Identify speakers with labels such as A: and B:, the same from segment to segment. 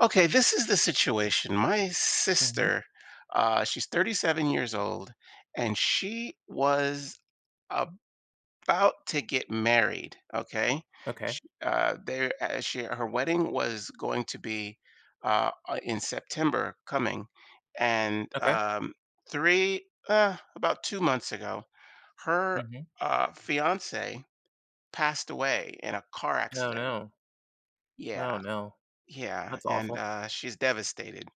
A: Okay, this is the situation. My
B: Mhm.
A: sister, she's 37 years old, and she was about to get married. Okay,
B: Okay.
A: she, there, she her wedding was going to be in September coming, and
B: Okay.
A: three about 2 months ago, her
B: Mhm.
A: fiance passed away in a car
B: No,
A: accident.
B: no. No,
A: Yeah,
B: no.
A: yeah,
B: That's
A: and,
B: awful.
A: she's devastated.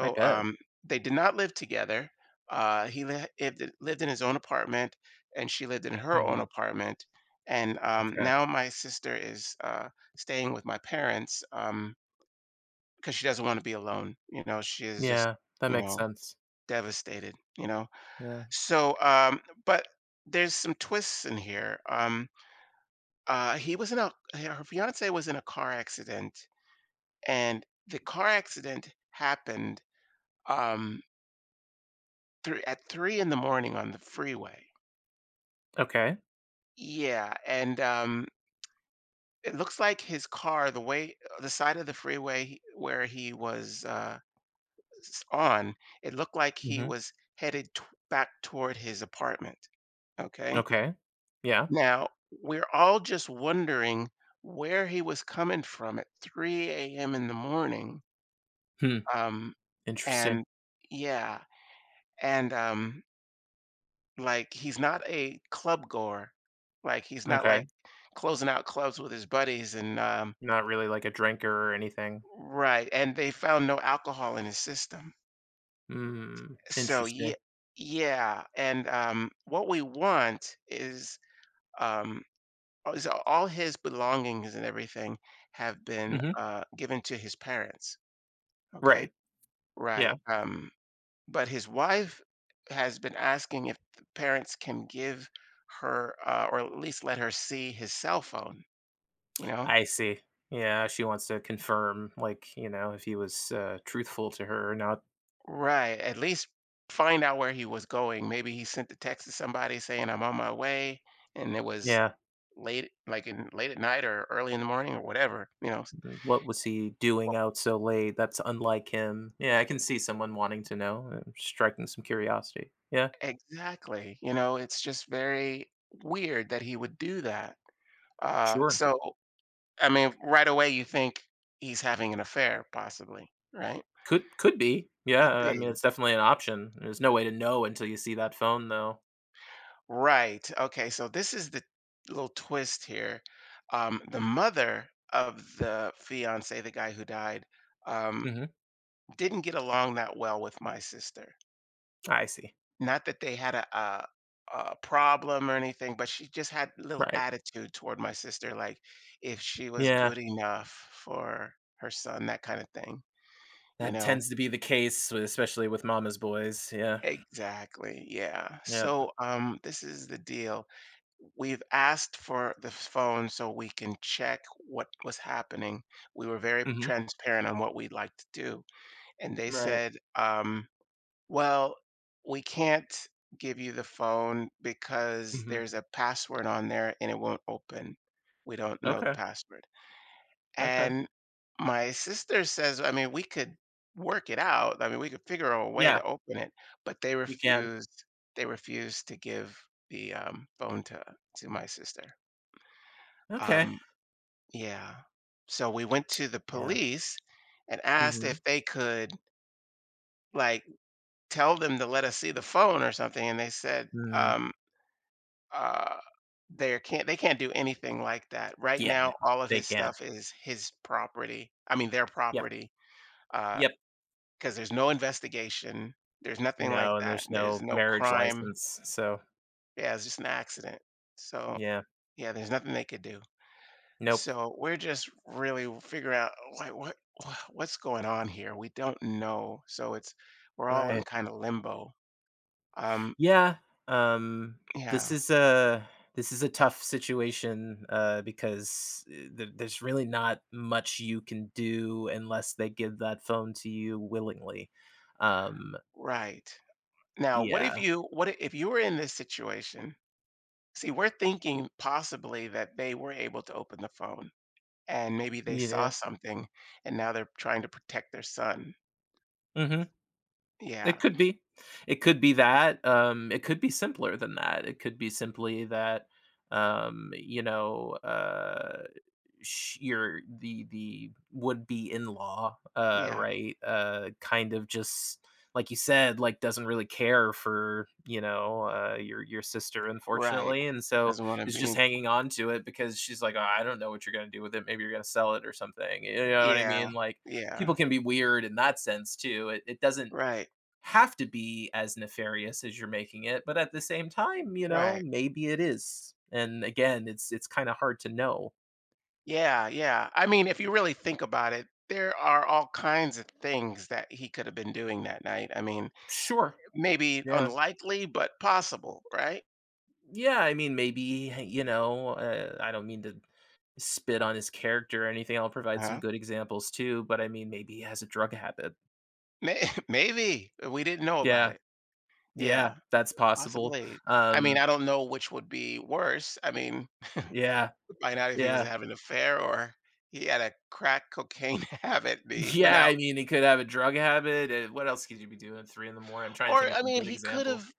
B: I bet.
A: they did not live together. He li lived in lived in his own apartment, and she lived in her own
B: Mhm.
A: apartment, and,
B: Okay.
A: now my sister is, staying with my parents, because she doesn't wanna be alone, you know,
B: Yeah, that
A: you
B: makes
A: know,
B: sense.
A: devastated, you know?
B: Yeah.
A: So, But there's some twists in here, he was in a her fiancé was in a car accident, and the car accident happened um three at three in the morning on the freeway.
B: Okay.
A: Yeah, and it looks like his car, the way, the side of the freeway he- where he was s- on, it looked like he
B: Mhm.
A: was headed t- back toward his apartment. Okay,
B: Okay. Yeah.
A: now we're all just wondering where he was coming from at 3 a.m. in the morning.
B: Hmm.
A: Um
B: Interesting.
A: and Yeah. and Like, he's not a club goer. Like, he's not,
B: Okay.
A: like, closing out clubs with his buddies and,
B: Not really like a drinker or anything.
A: right, and they found no alcohol in his system.
B: Hmm.
A: So, yeah,
B: Interesting.
A: yeah, and, what we want is, um all- is all his belongings and everything have been,
B: Mhm.
A: given to his parents, okay?
B: Right. Yeah.
A: Right, but his wife has been asking if the parents can give her, or at least let her see his cell phone. You know?
B: I see. Yeah. She wants to confirm, like, you know, if he was truthful to her or not.
A: Right. At least find out where he was going. Maybe he sent a text to somebody saying, I'm on my way. And it was
B: Yeah.
A: late, like in late at night or early in the morning or whatever, you know?
B: What was he doing
A: Well,
B: out so late? That's unlike him. Yeah, I can see someone wanting to know, striking some curiosity. Yeah,
A: exactly. You know, it's just very weird that he would do that. Uh,
B: sure.
A: so, I mean, right away you think he's having an affair, possibly, right?
B: Could be. Yeah,
A: Could
B: I mean
A: be.
B: it's definitely an option. There's no way to know until you see that phone though.
A: Right. Okay. So this is the little twist here. The mother of the fiance, the guy who died, um,
B: Hmm.
A: didn't get along that well with my sister.
B: I see.
A: Not that they had a problem or anything, but she just had little
B: Right.
A: attitude toward my sister, like if she was
B: Yeah,
A: good enough for her son, that kind of thing. You
B: that
A: know.
B: tends to be the case, especially with mama's boys. Yeah.
A: Exactly. Yeah.
B: Yeah.
A: So this is the deal. We've asked for the phone so we can check what was happening. We were very
B: Hmm.
A: transparent on what we'd like to do, and they
B: Right.
A: said, "Well, we can't give you the phone because
B: Hmm.
A: there's a password on there and it won't open. We don't know the
B: Okay.
A: password."
B: Okay.
A: And my sister says, "I mean, we could work it out. I mean, we could figure out a way
B: Yeah,
A: to open it," but they
B: you can.
A: refused they refused to give the, phone to my sister.
B: Okay.
A: Um, yeah. So we went to the
B: Yeah.
A: police and asked
B: Hmm.
A: if they could like tell them to let us see the phone or something, and they said,
B: Mm,
A: uh, they can't do anything like that. Right
B: yeah. No,
A: now, all of
B: they
A: his
B: can.
A: stuff is his property. I mean, their
B: Yep.
A: property. Uh,
B: Yep.
A: because there's no investigation. There's nothing
B: No,
A: like
B: and
A: that.
B: there's
A: There's
B: no
A: no
B: marriage
A: crime.
B: license, so
A: Yeah, it's just an accident. So
B: yeah.
A: yeah, there's nothing they could do.
B: Nope.
A: So we're just really figuring out like what's going on here. We don't know. So it's we're all in
B: Right.
A: kind of limbo. Um
B: Yeah, um, this
A: yeah,
B: is a tough situation, because, there's really not much you can do unless they give that phone to you willingly. Um,
A: right. Now,
B: yeah.
A: what if you were in this situation? See, we're thinking possibly that they were able to open the phone and maybe they saw
B: Yeah.
A: something and now they're trying to protect their son.
B: Mhm. It
A: Yeah.
B: could be. It could be that, it could be simpler than that. It could be simply that, um, you know, uh your the would be in law,
A: Yeah.
B: right, kind of just like you said, like doesn't really care for, your sister,
A: Right.
B: unfortunately, and so
A: Doesn't want to
B: is just
A: be.
B: hanging on to it because she's like, "Oh, I don't know what you're going to do with it. Maybe you're going to sell it or something." You know what I
A: Yeah.
B: mean? Like,
A: Yeah.
B: people can be weird in that sense too. It doesn't
A: Right.
B: have to be as nefarious as you're making it, but at the same time,
A: Right.
B: maybe it is. And again, it's kind of hard to know.
A: Yeah, yeah. I mean, if you really think about it, there are all kinds of things that he could have been doing that night. I mean,
B: Sure.
A: maybe
B: Yeah.
A: unlikely, but possible, right?
B: Yeah, I mean, maybe, hey, I don't mean to spit on his character or anything. I'll provide some
A: Huh?
B: good examples too, but I mean, maybe he has a drug habit.
A: May- Maybe we didn't know about
B: Yeah.
A: it.
B: Yeah,
A: Yeah,
B: that's possible.
A: possibly. I mean,
B: Um,
A: I don't know which would be worse. I mean,
B: yeah.
A: find out if he was
B: Yeah.
A: having an affair or he had a crack cocaine habit. And he went
B: Yeah,
A: out,
B: I mean, he could have a drug habit. What else could you be doing at 3 in the morning? I'm trying to
A: or
B: think of
A: I
B: some
A: mean,
B: good examples.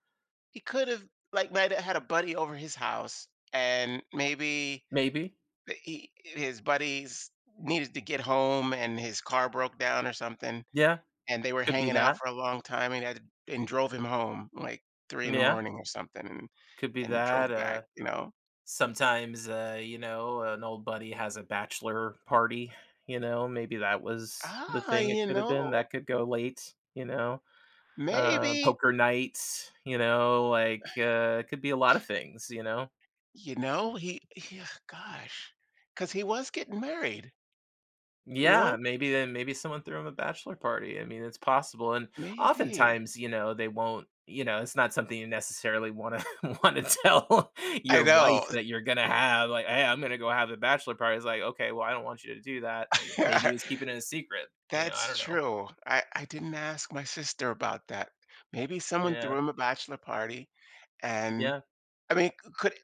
A: he could have like might have had a buddy over his house, and maybe
B: Maybe.
A: he his buddies needed to get home, and his car broke down or something,
B: Yeah.
A: and they were
B: Could be
A: hanging out
B: that.
A: for a long time and had and drove him home, like, 3 in the
B: Yeah.
A: morning or something and
B: Could be
A: drove
B: that.
A: back, you know?
B: Sometimes, an old buddy has a bachelor party, maybe that was the
A: "Ah,
B: thing it
A: you
B: could have been,
A: know,
B: that could go late, you know?
A: maybe."
B: Poker nights, like, it could be a lot of things, you know?
A: You know, he gosh, because he was getting married, you
B: Yeah,
A: know?
B: maybe then maybe someone threw him a bachelor party. I mean, it's possible. And
A: "Maybe."
B: oftentimes, they won't, it's not something you necessarily want to tell
A: I
B: your wife
A: know.
B: that you're gonna have, like, hey, I'm gonna go have a bachelor party. It's like, okay, well, I don't want you to do that. Maybe he was keeping it a secret, I
A: That's
B: don't know.
A: true. I didn't ask my sister about that. Maybe someone threw
B: Yeah.
A: him a bachelor party and
B: Yeah.
A: I mean,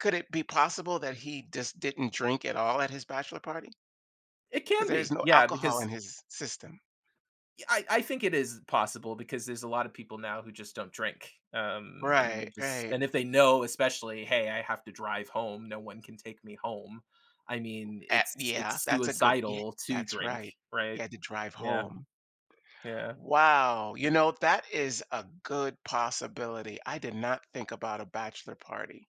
A: could it be possible that he just didn't drink at all at his bachelor party?
B: It
A: Because
B: can
A: there's
B: be.
A: no
B: Yeah,
A: alcohol
B: because
A: in his system.
B: I think it is possible because there's a lot of people now who just don't drink. And they
A: Right,
B: just,
A: right.
B: and if they know, especially, hey, I have to drive home, no one can take me home. I mean, it's
A: Yeah,
B: it's
A: that's a good. Yeah,
B: suicidal to
A: that's
B: drink,
A: right. He
B: right?
A: had to drive
B: Yeah,
A: home.
B: yeah,
A: Wow, you know, that is a good possibility. I did not think about a bachelor party.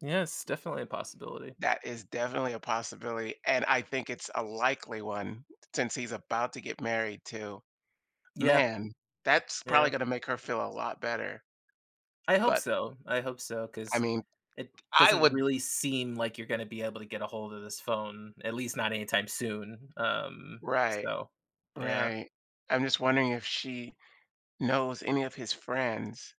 B: yeah. It's definitely a possibility.
A: That is definitely a possibility, and I think it's a likely one since he's about to get married too.
B: Yeah,
A: Man, that's probably
B: yeah.
A: gonna make her feel a lot better,
B: I hope
A: but,
B: so. I hope so
A: I
B: because
A: mean,
B: it
A: I
B: doesn't
A: would.
B: really seem like you're going to be able to get a hold of this phone, at least not anytime soon.
A: Right,
B: So, yeah.
A: right. I'm just wondering if she knows any of his friends,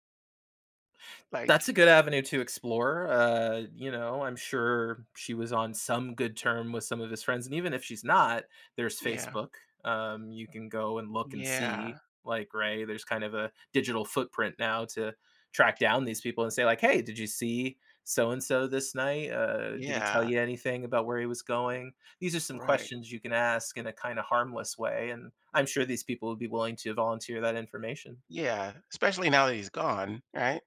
B: That's a
A: like.
B: good avenue to explore, I'm sure she was on some good term with some of his friends, and even if she's not, there's
A: Yeah,
B: Facebook. You can go and look and
A: yeah,
B: see, like, Ray, there's kind of a digital footprint now to track down these people and say, like, "Hey, did you see so and so this night? Did he tell
A: yeah,
B: you anything about where he was going?" These are some
A: right.
B: questions you can ask in a kinda harmless way, and I'm sure these people would be willing to volunteer that information.
A: Yeah, especially now that he's gone, right?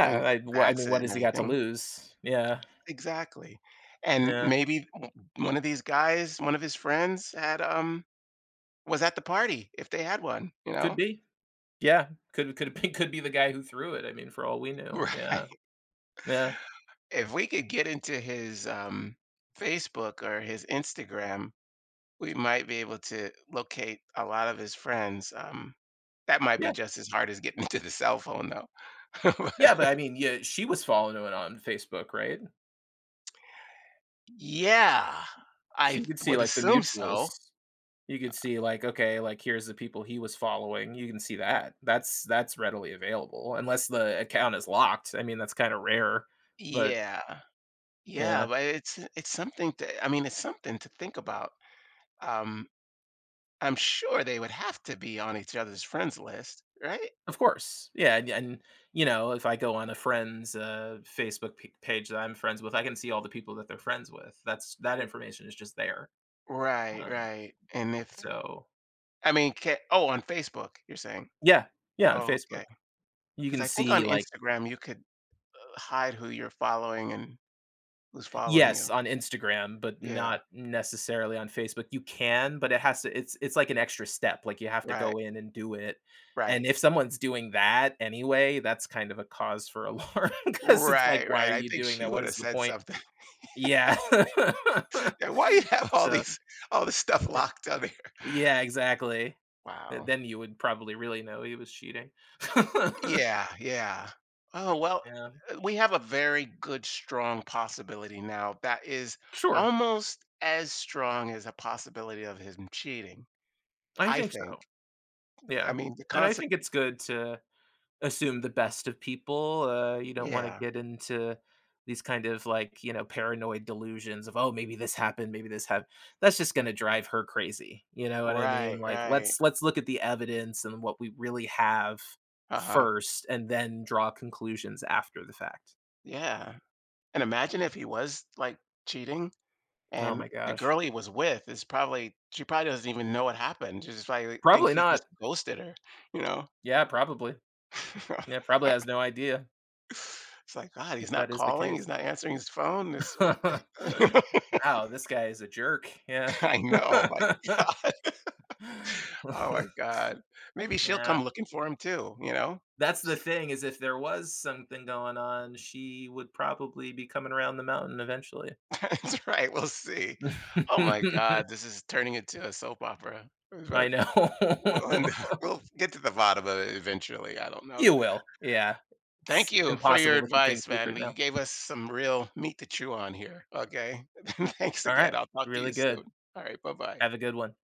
A: I mean, the
B: I mean,
A: accident
B: what
A: and
B: has he got to
A: everything.
B: lose? Yeah.
A: Exactly, and
B: Yeah,
A: maybe one of these guys, one of his friends had, was at the party if they had one, you
B: could
A: know?
B: be. Yeah, could be could be the guy who threw it, I mean, for all we knew.
A: Right.
B: Yeah, yeah,
A: If we could get into his, Facebook or his Instagram, we might be able to locate a lot of his friends, that might be
B: yeah,
A: just as hard as getting into the cell phone though.
B: yeah, but I mean, yeah, she was following it on Facebook, right?
A: Yeah,
B: So
A: I
B: you could see,
A: would
B: like, the
A: assume so.
B: mutuals. You could see, like, okay, like, here's the people he was following. You can see that. That's readily available, unless the account is locked. I mean, that's kinda rare, but
A: Yeah, yeah,
B: yeah,
A: but it's something to I mean, it's something to think about, um, I'm sure they would have to be on each other's friends list, right?
B: of course, yeah, and, if I go on a friend's, Facebook p page that I'm friends with, I can see all the people that they're friends with. That information is just there.
A: Right,
B: Um,
A: right. And if
B: so
A: I mean, ca oh, on Facebook, you're saying?
B: yeah, yeah, on
A: Oh,
B: Facebook.
A: okay,
B: You
A: because
B: can
A: I think on
B: see, like,
A: Instagram, you could hide who you're following and who's following you.
B: yes, on Instagram, but
A: Yeah.
B: not necessarily on Facebook. You can, but it has to it's like an extra step, like, you have to
A: Right,
B: go in and do it,
A: right.
B: and if someone's doing that anyway, that's kind of a cause for alarm because it's like,
A: Right,
B: "Why are
A: right. I
B: you
A: think
B: doing
A: she
B: that? What
A: would have
B: is the
A: said
B: point?"
A: something.
B: Yeah.
A: Yeah, "Why you have all
B: So,
A: these all this stuff
B: anyway.
A: locked on here?"
B: Yeah, exactly. Th
A: Wow.
B: then you would probably really know he was cheating.
A: Yeah, yeah. Oh, well,
B: Yeah.
A: we have a very good, strong possibility now that is
B: Sure,
A: almost as strong as a possibility of him cheating,
B: I
A: I
B: think so.
A: think. I
B: Yeah,
A: mean, the
B: and I think
A: consequence.
B: it's good to assume the best of people. You don't wanna
A: Yeah,
B: get into these kind of, like, paranoid delusions of, "Oh, maybe this happened, maybe this hap." That's just gonna drive her crazy, you know what I mean?
A: right,
B: Like,
A: right.
B: let's look at the evidence and what we really have
A: Uh-huh.
B: first and then draw conclusions after the fact.
A: Yeah. And imagine if he was like cheating
B: Oh
A: and
B: my
A: the
B: gosh.
A: girl he was with is probably, she probably doesn't even know what happened. She's just probably think
B: Probably
A: he just
B: not.
A: ghosted her, you know?
B: Yeah, probably. Yeah, probably has no idea
A: It's like, God, he's
B: if
A: not
B: that is the
A: calling, he's
B: case.
A: not answering his phone. This, what
B: Wow, this guy is a jerk. Yeah.
A: I know, like, Oh my god. Maybe she'll
B: Yeah.
A: come looking for him too, you know?
B: That's the
A: S
B: thing is if there was something going on, she would probably be coming around the mountain eventually.
A: That's right, we'll see. Oh my god, this is turning into a soap opera.
B: I
A: But we'll end
B: know.
A: up we'll get to the bottom of it eventually, I don't know.
B: You will. Yeah.
A: Thank
B: It's
A: you for your
B: impossible to keep things
A: advice, man.
B: secret
A: You
B: now.
A: gave us some real meat to chew on here, okay? Thanks again.
B: Alright.
A: I'll talk to you
B: Really
A: soon.
B: good.
A: Alright, bye-bye.
B: Have a good one.